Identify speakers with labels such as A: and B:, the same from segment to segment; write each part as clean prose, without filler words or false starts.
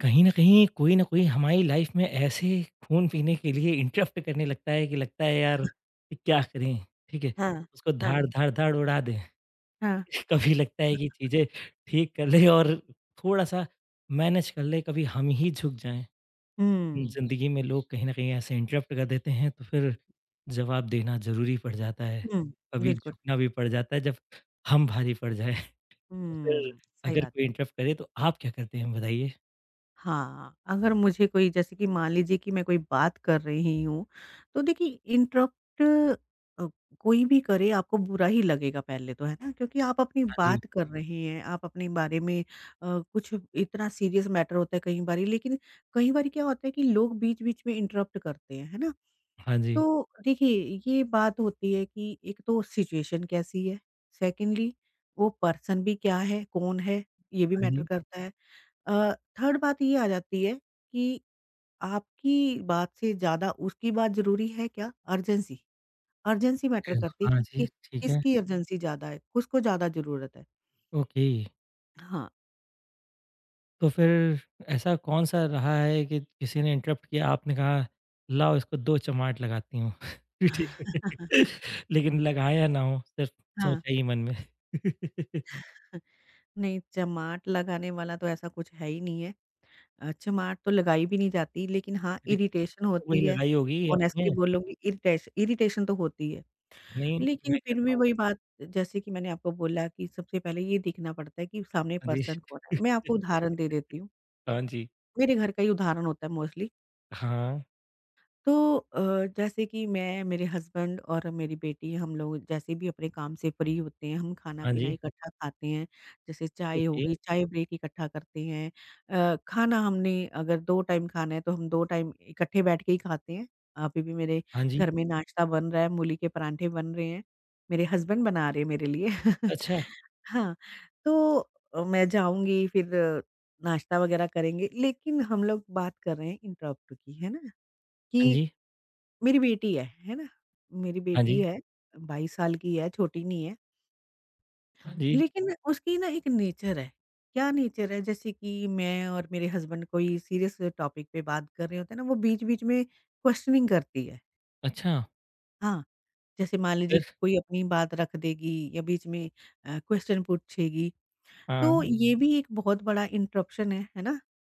A: कहीं न कहीं, कोई न कोई हमारी लाइफ़ में ऐसे खून पीने के लिए इंटरप्ट करने लगता है कि लगता है यार कि क्या करें, ठीक है?
B: हाँ,
A: उसको
B: हाँ।
A: धाड़, धाड़, धाड़ उड़ा दें।
B: हाँ।
A: कभी लगता है कि चीज़ें ठीक कर लें और थोड़ा-सा मैनेज कर लें, कभी हम ही झुक जाएँ।
B: हुँ,
A: ज़िंदगी में लोग कहीं न कहीं ऐसे इंटरप्ट कर देते हैं तो फिर जवाब देना ज़रूरी पड़ जाता है।
B: हुँ,
A: कभी
B: बिल्कुल।
A: झुकना भी पड़ जाता है जब हम भारी पड़ जाएँ। तो फिर
B: हुँ, सही
A: अगर
B: बात है।
A: कोई इंटरप्ट करे तो आप क्या करते हैं बताइए?
B: हाँ, अगर मुझे कोई जैसे कि मान लीजिए कि मैं कोई बात कर रही हूँ, तो देखिए इंटरप्ट अ, कोई भी करे आपको बुरा ही लगेगा पहले तो, है ना? क्योंकि आप अपनी
A: हाँ जी।
B: बात कर रहे हैं, आप अपने बारे में कुछ इतना सीरियस मैटर होता है कई बारी लेकिन कई बारी क्या होता है कि लोग बीच-बीच में इंटरप्ट करते हैं, है ना?
A: हाँ जी।
B: तो देखिए, ये बात होती है कि एक तो सिचुएशन कैसी है, सेकंडली वो पर्सन भी क्या है, कौन है, ये भी
A: हाँ
B: मैटर
A: जी।
B: करता है। अ, थर्ड बात ये आ जाती है कि आपकी बात से ज़्यादा उसकी बात ज़रूरी है क्या? अर्जेंसी, अर्जेंसी
A: अ,
B: मैटर करती है
A: हाँ
B: कि
A: जी,
B: कि
A: ठीक है,
B: किसकी अर्जेंसी ज़्यादा है, किसको ज़्यादा ज़रूरत है।
A: ओके।
B: हाँ।
A: तो फिर ऐसा कौन-सा रहा है कि किसी ने इंटरप्ट किया, आपने कहा, "लाओ इसको 2 चमाट लगाती हूँ।" फिर ठीक है। लेकिन लगाया ना हो, सिर्फ़
B: हाँ,
A: सोचा ही मन में।
B: नहीं, जमाट लगाने वाला तो ऐसा कुछ है ही नहीं है। चमाट तो लगाई भी नहीं जाती लेकिन हाँ,
A: जी,
B: इरिटेशन
A: वही
B: होती है।
A: लगाई होगी आपने?
B: ऑनेस्टली बोलूँगी इरिटेशन तो होती है।
A: नहीं,
B: लेकिन
A: मैं
B: फिर
A: कहता
B: भी
A: हूँ
B: वही बात जैसे कि मैंने आपको बोला कि सबसे पहले ये देखना पड़ता है कि सामने
A: हाँ जी।
B: पर्सन कौन है। मैं आपको उदाहरण दे देती हूँ।
A: हाँ जी,
B: मेरे घर का ही उदाहरण होता है मोस्टली।
A: हाँ,
B: तो जैसे कि मैं, मेरे हस्बैंड और मेरी बेटी हम लोग जैसे भी अपने काम से फ्री होते हैं, हम
A: हाँ
B: खाना-पीना
A: जी,
B: इकट्ठा खाते हैं। जैसे चाय
A: ओके,
B: होगी, चाय ब्रेक इकट्ठा करते हैं। खाना हमने अगर 2 टाइम खाना है तो हम 2 टाइम इकट्ठे बैठ के ही खाते हैं। अभी भी मेरे
A: हाँ जी,
B: घर में नाश्ता बन रहा है, मूली के परांठे बन रहे हैं। मेरे हस्बैंड बना रहे हैं मेरे लिए।
A: अच्छा,
B: हाँ, तो मैं जाऊँगी फिर नाश्ता वगैरह करेंगे। लेकिन हम लोग बात कर रहे हैं इंटरप्ट की, है ना?
A: हाँ
B: कि
A: जी,
B: मेरी बेटी है ना? मेरी
A: हाँ
B: बेटी
A: जी,
B: है, 22 साल की है, छोटी नहीं है।
A: हाँ जी,
B: लेकिन उसकी ना एक नेचर है, क्या नेचर है जैसे कि मैं और मेरे हस्बैंड कोई सीरियस टॉपिक पे बात कर रहे होते हैं ना, वो बीच-बीच में क्वेश्चनिंग करती है।
A: अच्छा,
B: हाँ, जैसे मान लीजिए
A: फिर?
B: कोई अपनी बात रख देगी या बीच में क्वेश्चन पूछेगी
A: हाँ,
B: तो ये भी एक बहुत बड़ा इंटरप्शन है ना?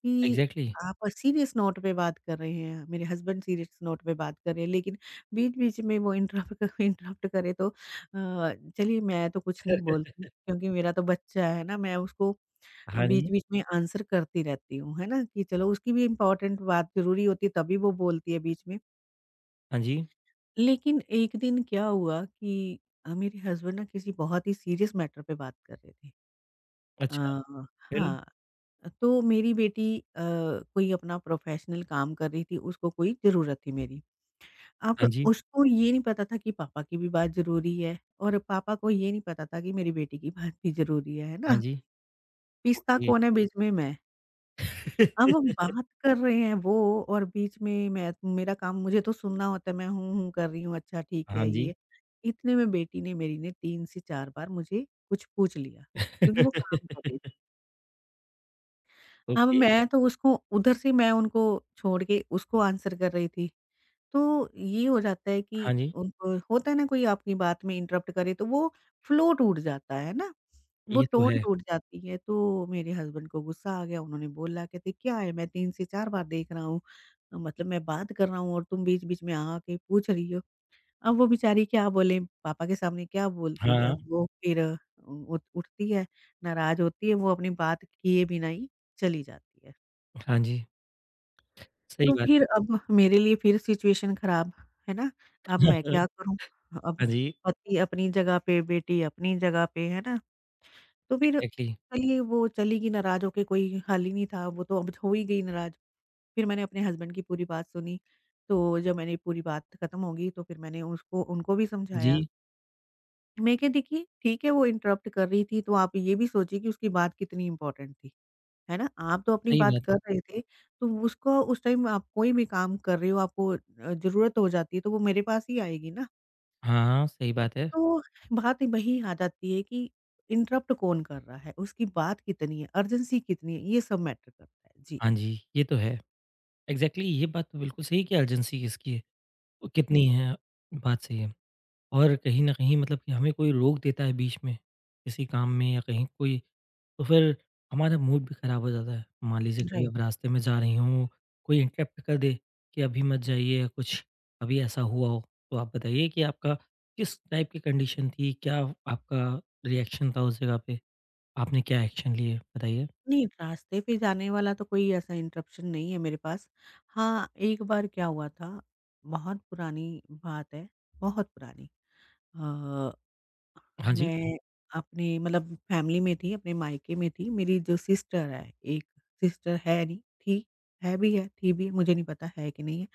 B: कि
A: एग्ज़ैक्टली,
B: आप सीरियस नोट पे बात कर रहे हैं, मेरे हस्बैंड सीरियस नोट पे बात कर रहे हैं, लेकिन बीच-बीच में वो इंटरप्ट करे तो चलिए मैं तो कुछ नहीं बोलती क्योंकि मेरा तो बच्चा है ना, मैं उसको
A: हाँ जी,
B: बीच-बीच में आंसर करती रहती हूँ, है ना? कि चलो उसकी भी इम्पोर्टेंट बात ज़रूरी होती है तभी वो बोलती है बीच में।
A: हाँ जी,
B: लेकिन एक दिन क्या हुआ कि मेरे हस्बैंड ना किसी बहुत ही सीरियस मैटर पे बात कर रहे थे।
A: अच्छा,
B: अ,
A: फिर?
B: हाँ। तो मेरी बेटी कोई अपना प्रोफ़ेशनल काम कर रही थी, उसको कोई ज़रूरत थी मेरी। अब
A: हाँ जी,
B: उसको ये नहीं पता था कि पापा की भी बात ज़रूरी है और पापा को ये नहीं पता था कि मेरी बेटी की बात भी ज़रूरी है
A: हाँ
B: ना?
A: जी,
B: पिसता
A: ओके।
B: कौन है, बीच में मैं। अब हम बात कर रहे हैं वो और बीच में मैं मेरा काम मुझे तो सुनना होता है, मैं हूँ, हूँ कर रही हूँ, अच्छा ठीक
A: हाँ
B: है
A: जी।
B: ये। इतने में बेटी ने मेरी ने 3 से 4 बार मुझे कुछ पूछ लिया, क्योंकि वो काम कर रही अब
A: ओके,
B: मैं तो उसको उधर से मैं उनको छोड़ के उसको आंसर कर रही थी। तो ये हो जाता है कि
A: हाँ जी,
B: उनको होता है ना कोई आपकी बात में इंटरप्ट करे तो वो फ्लो टूट जाता है ना, वो
A: ये तो
B: टोन
A: है।
B: टूट जाती है। तो मेरे हस्बैंड को गुस्सा आ गया, उन्होंने बोला कहते क्या है मैं 3 से 4 बार देख रहा हूँ, मतलब मैं बात कर रहा हूँ और तुम बीच-बीच में आके पूछ रही हो। अब वो बेचारी क्या बोले पापा के सामने क्या बोलती है,
A: हाँ,
B: वो फिर उ उठ उठती है, नाराज़ होती है, वो अपनी बात किए बिना ही चली जाती है।
A: हाँ जी, सही
B: तो
A: बात
B: फिर
A: है।
B: अब मेरे लिए फिर सिचुएशन खराब, है ना? अब मैं क्या करूँ? अब
A: हाँ जी,
B: पति अपनी जगह पे, बेटी अपनी जगह पे, है ना? तो फिर
A: एग्ज़ैक्टली।
B: चलिए वो चली गई नाराज़ होके, कोई हल ही नहीं था, वो तो अब हो ही गई नाराज़। फिर मैंने अपने हस्बैंड की पूरी बात सुनी, तो जब मैंने पूरी बात खत्म होगी तो फिर मैंने उसको उनको भी समझाया।
A: जी,
B: मैं कहा देखिए, ठीक है वो इंटरप्ट कर रही थी तो आप ये भी सोचिए कि उसकी बात कितनी इम्पोर्टेंट थी। है ना? आप तो अपनी
A: सही
B: बात
A: बात
B: कर
A: है।
B: रहे थे, तो उसको उस टाइम आप कोई भी काम कर रहे हो आपको ज़रूरत हो जाती है तो वो मेरे पास ही आएगी ना।
A: हाँ, हाँ, सही बात है।
B: तो बात वही आ जाती है कि इंटरप्ट कौन कर रहा है, उसकी बात कितनी है, अर्जेंसी कितनी है, ये सब मैटर करता है। जी।
A: हाँ जी, ये तो है। एग्ज़ैक्टली ये बात तो बिल्कुल सही है कि अर्जेंसी किसकी है, वो
B: हुँ।
A: कितनी है, बात सही है। और कहीं न कहीं मतलब कि हमें कोई रोक देता है बीच में, किसी काम में या कहीं कोई तो फिर हमारा मूड भी ख़राब हो जाता है। मान लीजिए कभी
B: राइट।
A: आप रास्ते में जा रही हों, कोई इंटरप्ट कर दे कि अभी मत जाइए या कुछ अभी ऐसा हुआ हो, तो आप बताइए कि आपका किस टाइप की कंडीशन थी? क्या आपका रिएक्शन था उस जगह पे? आपने क्या एक्शन लिए? बताइए।
B: नहीं, रास्ते पे जाने वाला तो कोई ऐसा इंटरप्शन नहीं है मेरे पास। हाँ, एक बार क्या हुआ था, बहुत पुरानी बात है, बहुत पुरानी। अ
A: हाँ जी।
B: मैं अपने मतलब फैमिली में थी, अपने मायके में थी। मेरी जो सिस्टर है, एक सिस्टर है नहीं, थी, है भी है, थी भी है, मुझे नहीं पता है कि नहीं है।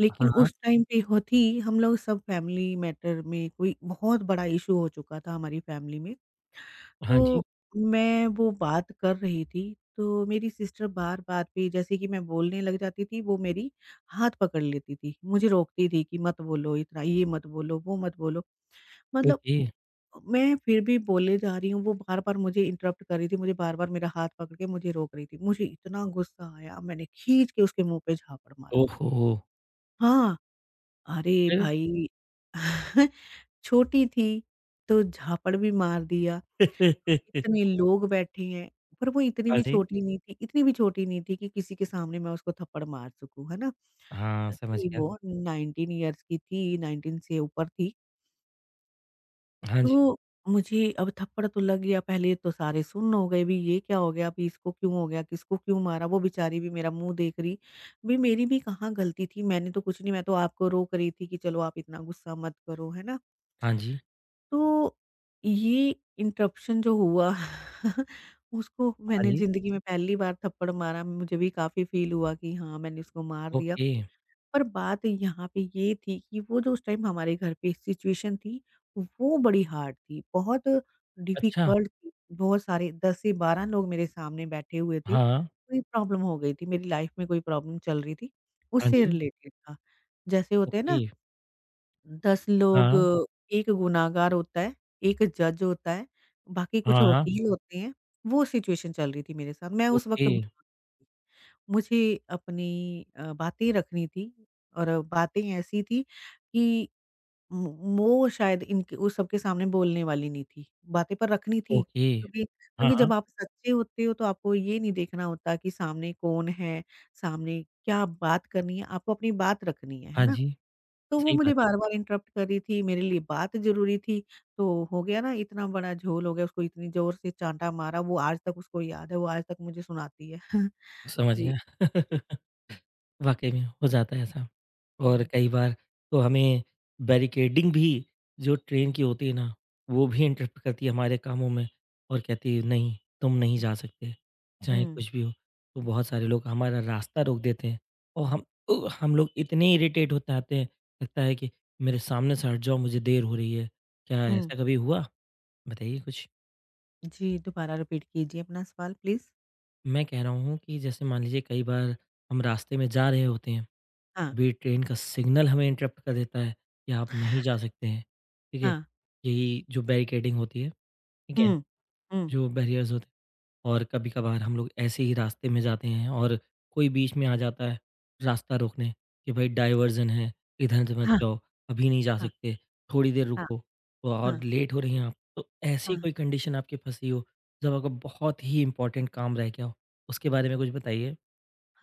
B: लेकिन
A: हाँ, हाँ।
B: उस टाइम पे हो थी, हम लोग सब फैमिली मैटर में कोई बहुत बड़ा इश्यू हो चुका था हमारी फैमिली में।
A: हाँ जी।
B: तो मैं वो बात कर रही थी, तो मेरी सिस्टर बात-बात पे जैसे कि मैं बोलने लग जाती थी, वो मेरी हाथ पकड़ लेती थी। मुझे रोकती थी कि मत बोलो इतना, ये मत बोलो, वो मत बोलो। मतलब
A: ओके।
B: उ मैं फिर भी बोले जा रही हूँ, वो बार-बार मुझे इंटरप्ट कर रही थी, मुझे बार-बार मेरा हाथ पकड़ के मुझे रोक रही थी। मुझे इतना गुस्सा आया, मैंने खींच के उसके मुँह पे झापड़ मारा।
A: ओहो!
B: हाँ, अरे
A: फिर?
B: भाई! छोटी थी, तो झापड़ भी मार दिया। इतने लोग बैठे हैं, पर वो
A: हाँ जी।
B: इतनी भी छोटी नहीं थी कि किसी के सामने मैं उसको थप्पड़ मार सकूँ, है ना?
A: हाँ, समझ
B: कि
A: गया।
B: वो 19 इयर्स की थी, 19 से ऊपर थी।
A: हाँ जी।
B: तो मुझे अब थप्पड़ तो लग गया, पहले तो सारे सुन्न हो गए, भी ये क्या हो गया, अभी इसको क्यों हो गया, किसको क्यों मारा? वो बेचारी भी मेरा मुँह देख रही, भी मेरी भी कहाँ गलती थी, मैंने तो कुछ नहीं, मैं तो आपको रोक रही थी कि चलो आप इतना गुस्सा मत करो, है ना?
A: हाँ जी।
B: तो ये इंटरप्शन जो हुआ उसको
A: हाँ
B: मैंने
A: जी।
B: ज़िंदगी में पहली बार थप्पड़ मारा, मुझे भी काफ़ी फ़ील हुआ कि हाँ, मैंने उसको मार दिया।
A: ओके,
B: पर बात यहाँ पे ये थी कि वो जो उस टाइम हमारे घर पे सिचुएशन थी, वो बड़ी हार्ड थी, बहुत
A: अच्छा।
B: डिफ़िकल्ट थी। बहुत सारे 10 से 12 लोग मेरे सामने बैठे हुए थे।
A: हाँ,
B: कोई प्रॉब्लम हो गई थी, मेरी लाइफ़ में कोई प्रॉब्लम चल रही थी,
A: हाँ
B: उससे
A: जी,
B: रिलेटेड था। जैसे होते हैं
A: ओके,
B: ना 10 लोग
A: हाँ,
B: एक गुनाहगार होता है, एक जज होता है, बाकी कुछ
A: हाँ,
B: वकील होते हैं, वो सिचुएशन चल रही थी मेरे साथ। मैं उस वक़्त
A: ओके,
B: मुझे अपनी बातें रखनी थी और बातें ऐसी थी कि म वो शायद इनके उस सबके सामने बोलने वाली नहीं थी। बातें पर रखनी थी
A: ओके,
B: क्योंकि
A: हाँ,
B: क्योंकि
A: हाँ,
B: जब आप सच्चे होते हो तो आपको ये नहीं देखना होता कि सामने कौन है, सामने क्या बात करनी है, आपको अपनी बात रखनी है
A: हाँ
B: ना?
A: जी,
B: तो वो
A: सही
B: मुझे
A: बात
B: बार-बार इंटरप्ट कर रही थी, मेरे लिए बात ज़रूरी थी, तो हो गया ना इतना बड़ा झोल हो गया, उसको इतनी ज़ोर से चाँटा मारा, वो आज तक उसको याद है, वो आज तक मुझे सुनाती है।
A: है, समझ
B: जी, जी।
A: गया। वाक़ई में हो जाता है ऐसा।
B: हुँ,
A: और
B: हुँ।
A: कई बार तो हमें बैरिकेडिंग भी जो ट्रेन की होती है ना, वो भी इंटरप्ट करती है हमारे कामों में और कहती है नहीं, तुम नहीं जा सकते, चाहे
B: हुँ,
A: कुछ भी हो। तो बहुत सारे लोग हमारा रास्ता रोक देते हैं और हम उ हम लोग इतने इरिटेट हो जाते हैं, लगता है कि मेरे सामने से हट जाओ मुझे देर हो रही है। क्या
B: हुँ।
A: ऐसा कभी हुआ? बताइए कुछ।
B: जी, दोबारा रिपीट कीजिए अपना सवाल प्लीज़।
A: मैं कह रहा हूँ कि जैसे मान लीजिए कई बार हम रास्ते में जा रहे होते हैं
B: हाँ,
A: अभी ट्रेन का सिग्नल हमें इंटरप्ट कर देता है कि आप नहीं जा सकते हैं, ठीक है?
B: हाँ।
A: यही जो बैरिकेडिंग होती है, ठीक है?
B: हुँ, हुँ।
A: जो बैरियर्स होते हैं और कभी-कभार हम लोग ऐसे ही रास्ते में जाते हैं और कोई बीच में आ जाता है रास्ता रोकने कि भाई डाइवर्जन है, इधर से मत
B: हाँ,
A: जाओ, अभी नहीं जा
B: हाँ,
A: सकते, थोड़ी देर
B: हाँ,
A: रुको तो
B: हाँ,
A: और लेट हो रही हैं आप। तो ऐसी
B: हाँ।
A: कोई कंडीशन आपकी फँसी हो जब आपका बहुत ही इम्पोर्टेंट काम रह गया हो, उसके बारे में कुछ बताइए?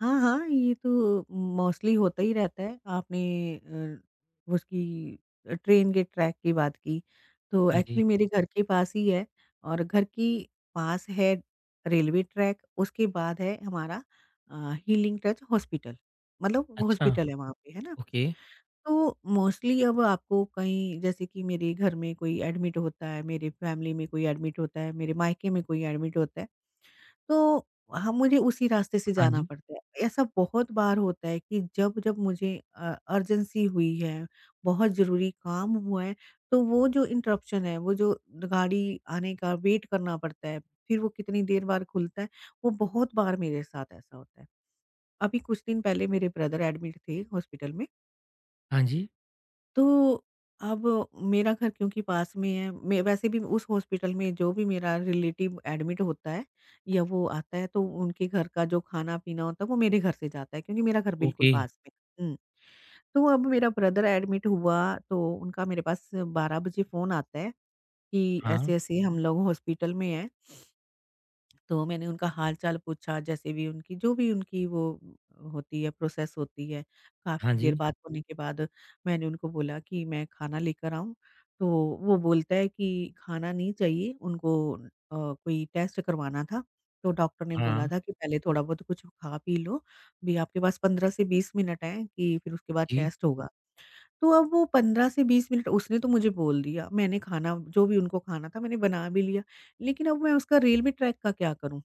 B: हाँ, हाँ, ये तो मोस्टली होता ही रहता है। आपने उसकी ट्रेन के ट्रैक की बात की, तो
A: हाँ जी।
B: एक्चुअली मेरे घर के पास ही है और घर के पास है रेलवे ट्रैक, उसके बाद है हमारा हीलिंग टच हॉस्पिटल, मतलब
A: अच्छा,
B: हॉस्पिटल है वहाँ पे, है ना?
A: ओके।
B: तो मोस्टली अब आपको कहीं जैसे कि मेरे घर में कोई एडमिट होता है, मेरे फैमिली में कोई एडमिट होता है, मेरे मायके में कोई एडमिट होता है, तो हम मुझे उसी रास्ते से
A: हाँ
B: जाना
A: जी।
B: पड़ता है। ऐसा बहुत बार होता है कि जब-जब मुझे अर्जेंसी हुई है, बहुत ज़रूरी काम हुआ है, तो वो जो इंटरप्शन है, वो जो गाड़ी आने का वेट करना पड़ता है, फिर वो कितनी देर बाद खुलता है, वो बहुत बार मेरे साथ ऐसा होता है। अभी कुछ दिन पहले मेरे ब्रदर एडमिट थे हॉस्पिटल में।
A: हाँ जी,
B: तो अब मेरा घर क्योंकि पास में है मैं वैसे भी उस हॉस्पिटल में जो भी मेरा रिलेटिव एडमिट होता है या वो आता है तो उनके घर का जो खाना-पीना होता है वो मेरे घर से जाता है क्योंकि मेरा घर बिल्कुल
A: ओके।
B: पास में है। हुँ, तो अब मेरा ब्रदर एडमिट हुआ तो उनका मेरे पास 12 बजे फ़ोन आता है कि
A: हाँ,
B: ऐसे-ऐसे हम लोग हॉस्पिटल में हैं। तो मैंने उनका हाल-चाल पूछा, जैसे भी उनकी जो भी उनकी वो होती है, प्रोसेस होती है।
A: हाँ
B: काफ़ी देर
A: जी,
B: बात होने के बाद मैंने उनको बोला कि मैं खाना लेकर आऊँ? तो वो बोलता है कि खाना नहीं चाहिए, उनको कोई टेस्ट करवाना था। तो डॉक्टर ने
A: हाँ
B: बोला था कि पहले थोड़ा बहुत कुछ खा पी लो, भी आपके पास 15 से 20 मिनट हैं कि फिर उसके बाद
A: जी,
B: टेस्ट होगा। तो अब वो 15 से 20 मिनट उसने तो मुझे बोल दिया, मैंने खाना जो भी उनको खाना था मैंने बना भी लिया। लेकिन अब मैं उसका रील में ट्रैक का क्या करूँ?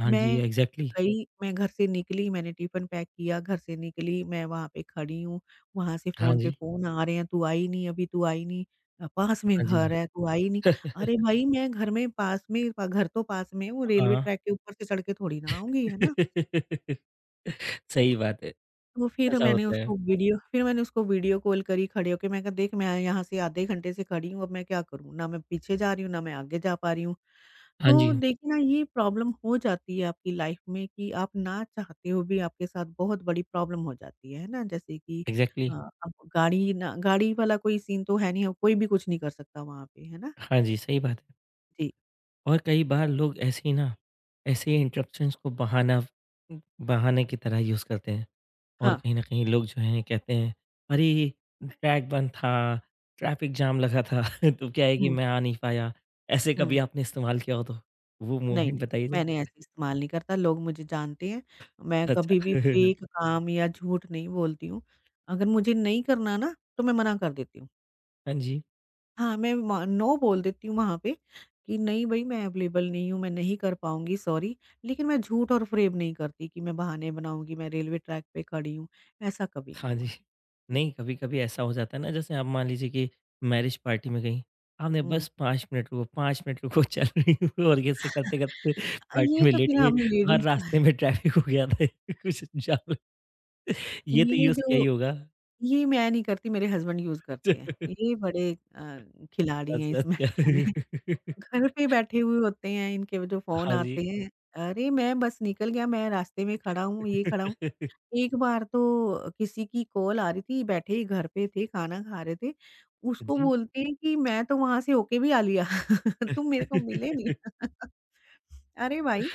A: हाँ जी,
B: मैं
A: एग्ज़ैक्टली,
B: गई, मैं घर से निकली, मैंने टिफ़िन पैक किया, घर से निकली, मैं वहाँ पे खड़ी हूँ, वहाँ से
A: हाँ
B: फ़ोन पे
A: जी,
B: फ़ोन आ रहे हैं, "तू आई नहीं अभी, तू आई नहीं, पास में
A: हाँ जी,
B: घर है, तू आई नहीं।" अरे भाई मैं घर में पास में प घर तो पास में है, वो रेलवे
A: हाँ।
B: ट्रैक के ऊपर से चढ़ के थोड़ी ना आऊँगी, है ना?
A: सही बात है,
B: तो फिर
A: ऐसा
B: मैंने
A: होता है।
B: उसको वीडियो फिर मैंने उसको वीडियो कॉल करी खड़े होके, मैं कहा, "देख मैं यहाँ से आधे घंटे से खड़ी हूँ, अब मैं क्या करूँ? ना मैं पीछे जा रही हूँ, ना मैं आगे जा पा रही हूँ।"
A: हाँ
B: तो
A: जी,
B: देखिए ना ये प्रॉब्लम हो जाती है आपकी लाइफ में कि आप ना चाहते हुए भी आपके साथ बहुत बड़ी प्रॉब्लम हो जाती है ना? जैसे कि
A: एग्ज़ैक्टली,
B: अब गाड़ी ना गाड़ी वाला कोई सीन तो है नहीं अब कोई भी कुछ नहीं कर सकता वहाँ पे, है ना?
A: हाँ जी, सही बात है
B: जी,
A: और कई बार लोग ऐसे ही ना, ऐसे ही इंटरप्शंस को बहाना उम, बहाने की तरह यूज़ करते हैं और
B: हाँ।
A: कहीं न कहीं लोग जो हैं कहते हैं, "अरे! ट्रैक बंद था, ट्रैफ़िक जाम लगा था, तो क्या है कि
B: हुँ,
A: मैं आ नहीं पाया।" ऐसे
B: हुँ।
A: कभी आपने इस्तेमाल किया हो तो? वो
B: नहीं, नहीं,
A: मोमेंट बताइए ज़रा?
B: मैंने ऐसे इस्तेमाल नहीं करता, लोग मुझे जानते हैं, मैं कभी
A: अच्छा।
B: भी फेक काम या झूठ नहीं बोलती हूँ। अगर मुझे नहीं करना ना, तो मैं मना कर देती हूँ।
A: हाँ जी,
B: हाँ, मैं म नो बोल देती हूँ वहाँ पे, कि नहीं भई मैं अवेलेबल नहीं हूँ, मैं नहीं कर पाऊँगी, सॉरी। लेकिन मैं झूठ और फ़रेब नहीं करती कि मैं बहाने बनाऊँगी, मैं रेलवे ट्रैक पे खड़ी हूँ, ऐसा कभी नहीं
A: हाँ जी।
B: हुआ। जी,
A: नहीं, कभी-कभी ऐसा हो जाता है ना जैसे आप मान लीजिए कि मैरिज पार्टी में गईं, आपने
B: हुँ।
A: बस 5 मिनट रुको, 5 मिनट रुको चल रही हूँ और
B: अ,
A: ऐसे करते-करते
B: ये
A: पार्टी में
B: तो
A: लेट
B: फिर
A: गई
B: हम
A: और
B: लेडीज़ का
A: रास्ते में ट्रैफिक हो गया था कुछ जाम ये तो
B: ये
A: यूज़ किया ही
B: जो
A: होगा।
B: ये मैं नहीं करती, मेरे हस्बैंड यूज़ करते हैं। ये बड़े खिलाड़ी हैं
A: अच्छा,
B: इस मैटर में।
A: अच्छा।
B: घर पे बैठे हुए होते हैं, इनके वो जो फ़ोन
A: हाँ जी।
B: आते हैं, "अरे! मैं बस निकल गया, मैं रास्ते में खड़ा हूँ, ये खड़ा हूँ।" एक बार तो किसी की कॉल आ रही थी, बैठे ही घर पे थे, खाना खा रहे थे। उसको
A: जी।
B: बोलते हैं कि मैं तो वहाँ से होके भी आ लिया, तुम मेरे को मिले नहीं। अरे भाई!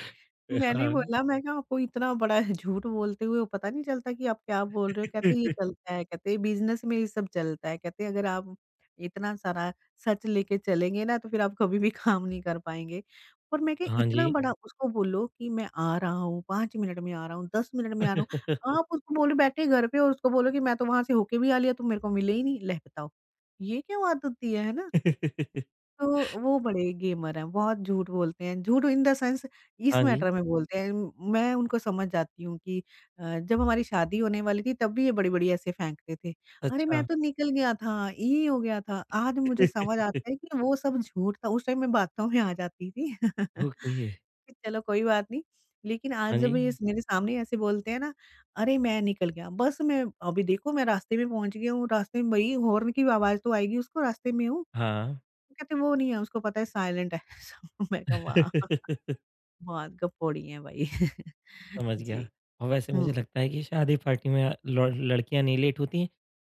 A: हाँ।
B: मैं कहा आपको इतना बड़ा है, झूठ बोलते हुए पता नहीं चलता कि आप क्या बोल रहे हो? कहते ये चलता है, कहते बिज़नेस में ये सब चलता है, कहते अगर आप इतना सारा सच लेके चलेंगे ना तो फिर आप कभी भी काम नहीं कर पाएँगे। और मैं कहा
A: हाँ
B: इतना
A: जी।
B: बड़ा हुँ। उसको बोलो कि मैं आ रहा हूँ, 5 मिनट में आ रहा हूँ, 10 मिनट में आ रहा हूँ। आप उसको बोले बैठे घर पे और उसको बोलो कि मैं तो वहाँ से होके भी आ लिया, तुम मेरे को मिले ही नहीं। ले बताओ, ये क्या बात होती है? है ना? तो वो बड़े गेमर हैं, बहुत झूठ बोलते हैं, झूठ इन द सेंस इस
A: हाँ जी।
B: मैटर में बोलते हैं। मैं उनको समझ जाती हूँ कि जब हमारी शादी होने वाली थी तब भी ये बड़ी-बड़ी ऐसे फेंकते थे। अरे! मैं
A: अच्छा।
B: तो निकल गया था, ये हो गया था। आज मुझे समझ आता है कि वो सब झूठ था, उस टाइम मैं बातों में आ जाती थी।
A: ओके।
B: कि चलो कोई बात नहीं, लेकिन आज
A: हाँ जी।
B: जब ये मेरे सामने ऐसे बोलते हैं ना, "अरे! मैं निकल गया, बस मैं अभी देखो मैं रास्ते में पहुँच गया हूँ, रास्ते में" भई हॉर्न की आवाज़ तो आएगी उसको, रास्ते में हूँ।
A: हाँ।
B: कहते वो नहीं है, उसको पता है साइलेंट है सब। मैं कहा वाह! बहुत गपोड़ी है भाई।
A: समझ गया।
B: जी।
A: और वैसे मुझे
B: हुँ।
A: लगता है कि शादी पार्टी में लड़कियाँ नहीं लेट होती हैं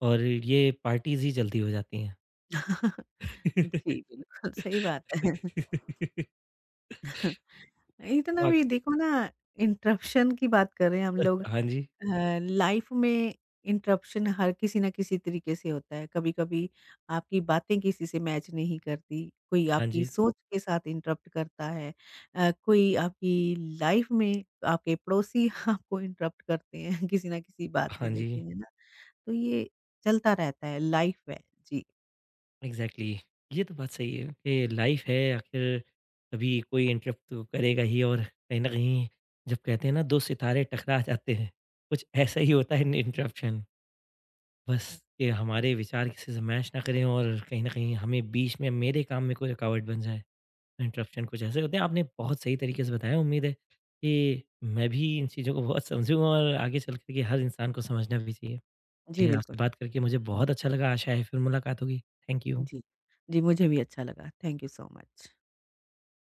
A: और ये पार्टीज़ ही जल्दी हो जाती हैं।
B: जी, बिल्कुल सही बात है। इतना
A: वाक़
B: भी देखो ना इंटरप्शन की बात कर रहे हैं हम लोग अ,
A: हाँ जी,
B: लाइफ में इंटरप्शन हर किसी ना किसी तरीके से होता है। कभी-कभी आपकी बातें किसी से मैच नहीं करती, कोई
A: हाँ
B: आपकी
A: जी,
B: सोच के साथ इंटरप्ट करता है, कोई आपकी लाइफ में आपके पड़ोसी आपको इंटरप्ट करते हैं किसी ना किसी बात से
A: हाँ
B: लेके,
A: जी,
B: है ना? तो ये चलता रहता है, लाइफ है। जी,
A: एग्ज़ैक्टली। ये तो बात सही है कि लाइफ़ है आखिर कभी कोई इंटरप्ट तो करेगा ही और कहीं न कहीं जब कहते हैं ना 2 सितारे टकरा जाते हैं, कुछ ऐसा ही होता है इन इंटरप्शन। बस कि हमारे विचार किसी से मैच ना करें और कहीं न कहीं हमें बीच में मेरे काम में कोई रुकावट बन जाए। इंटरप्शन कुछ ऐसे होते हैं। आपने बहुत सही तरीके से बताया, उम्मीद है कि मैं भी इन चीज़ों को बहुत समझूँगा और आगे चल कर के हर इंसान को समझना भी चाहिए।
B: जी
A: चलिए
B: बिल्कुल।
A: आपसे बात करके मुझे बहुत अच्छा लगा, आशा है फिर मुलाकात होगी। Thank you.
B: जी, जी मुझे भी अच्छा लगा। Thank you so much.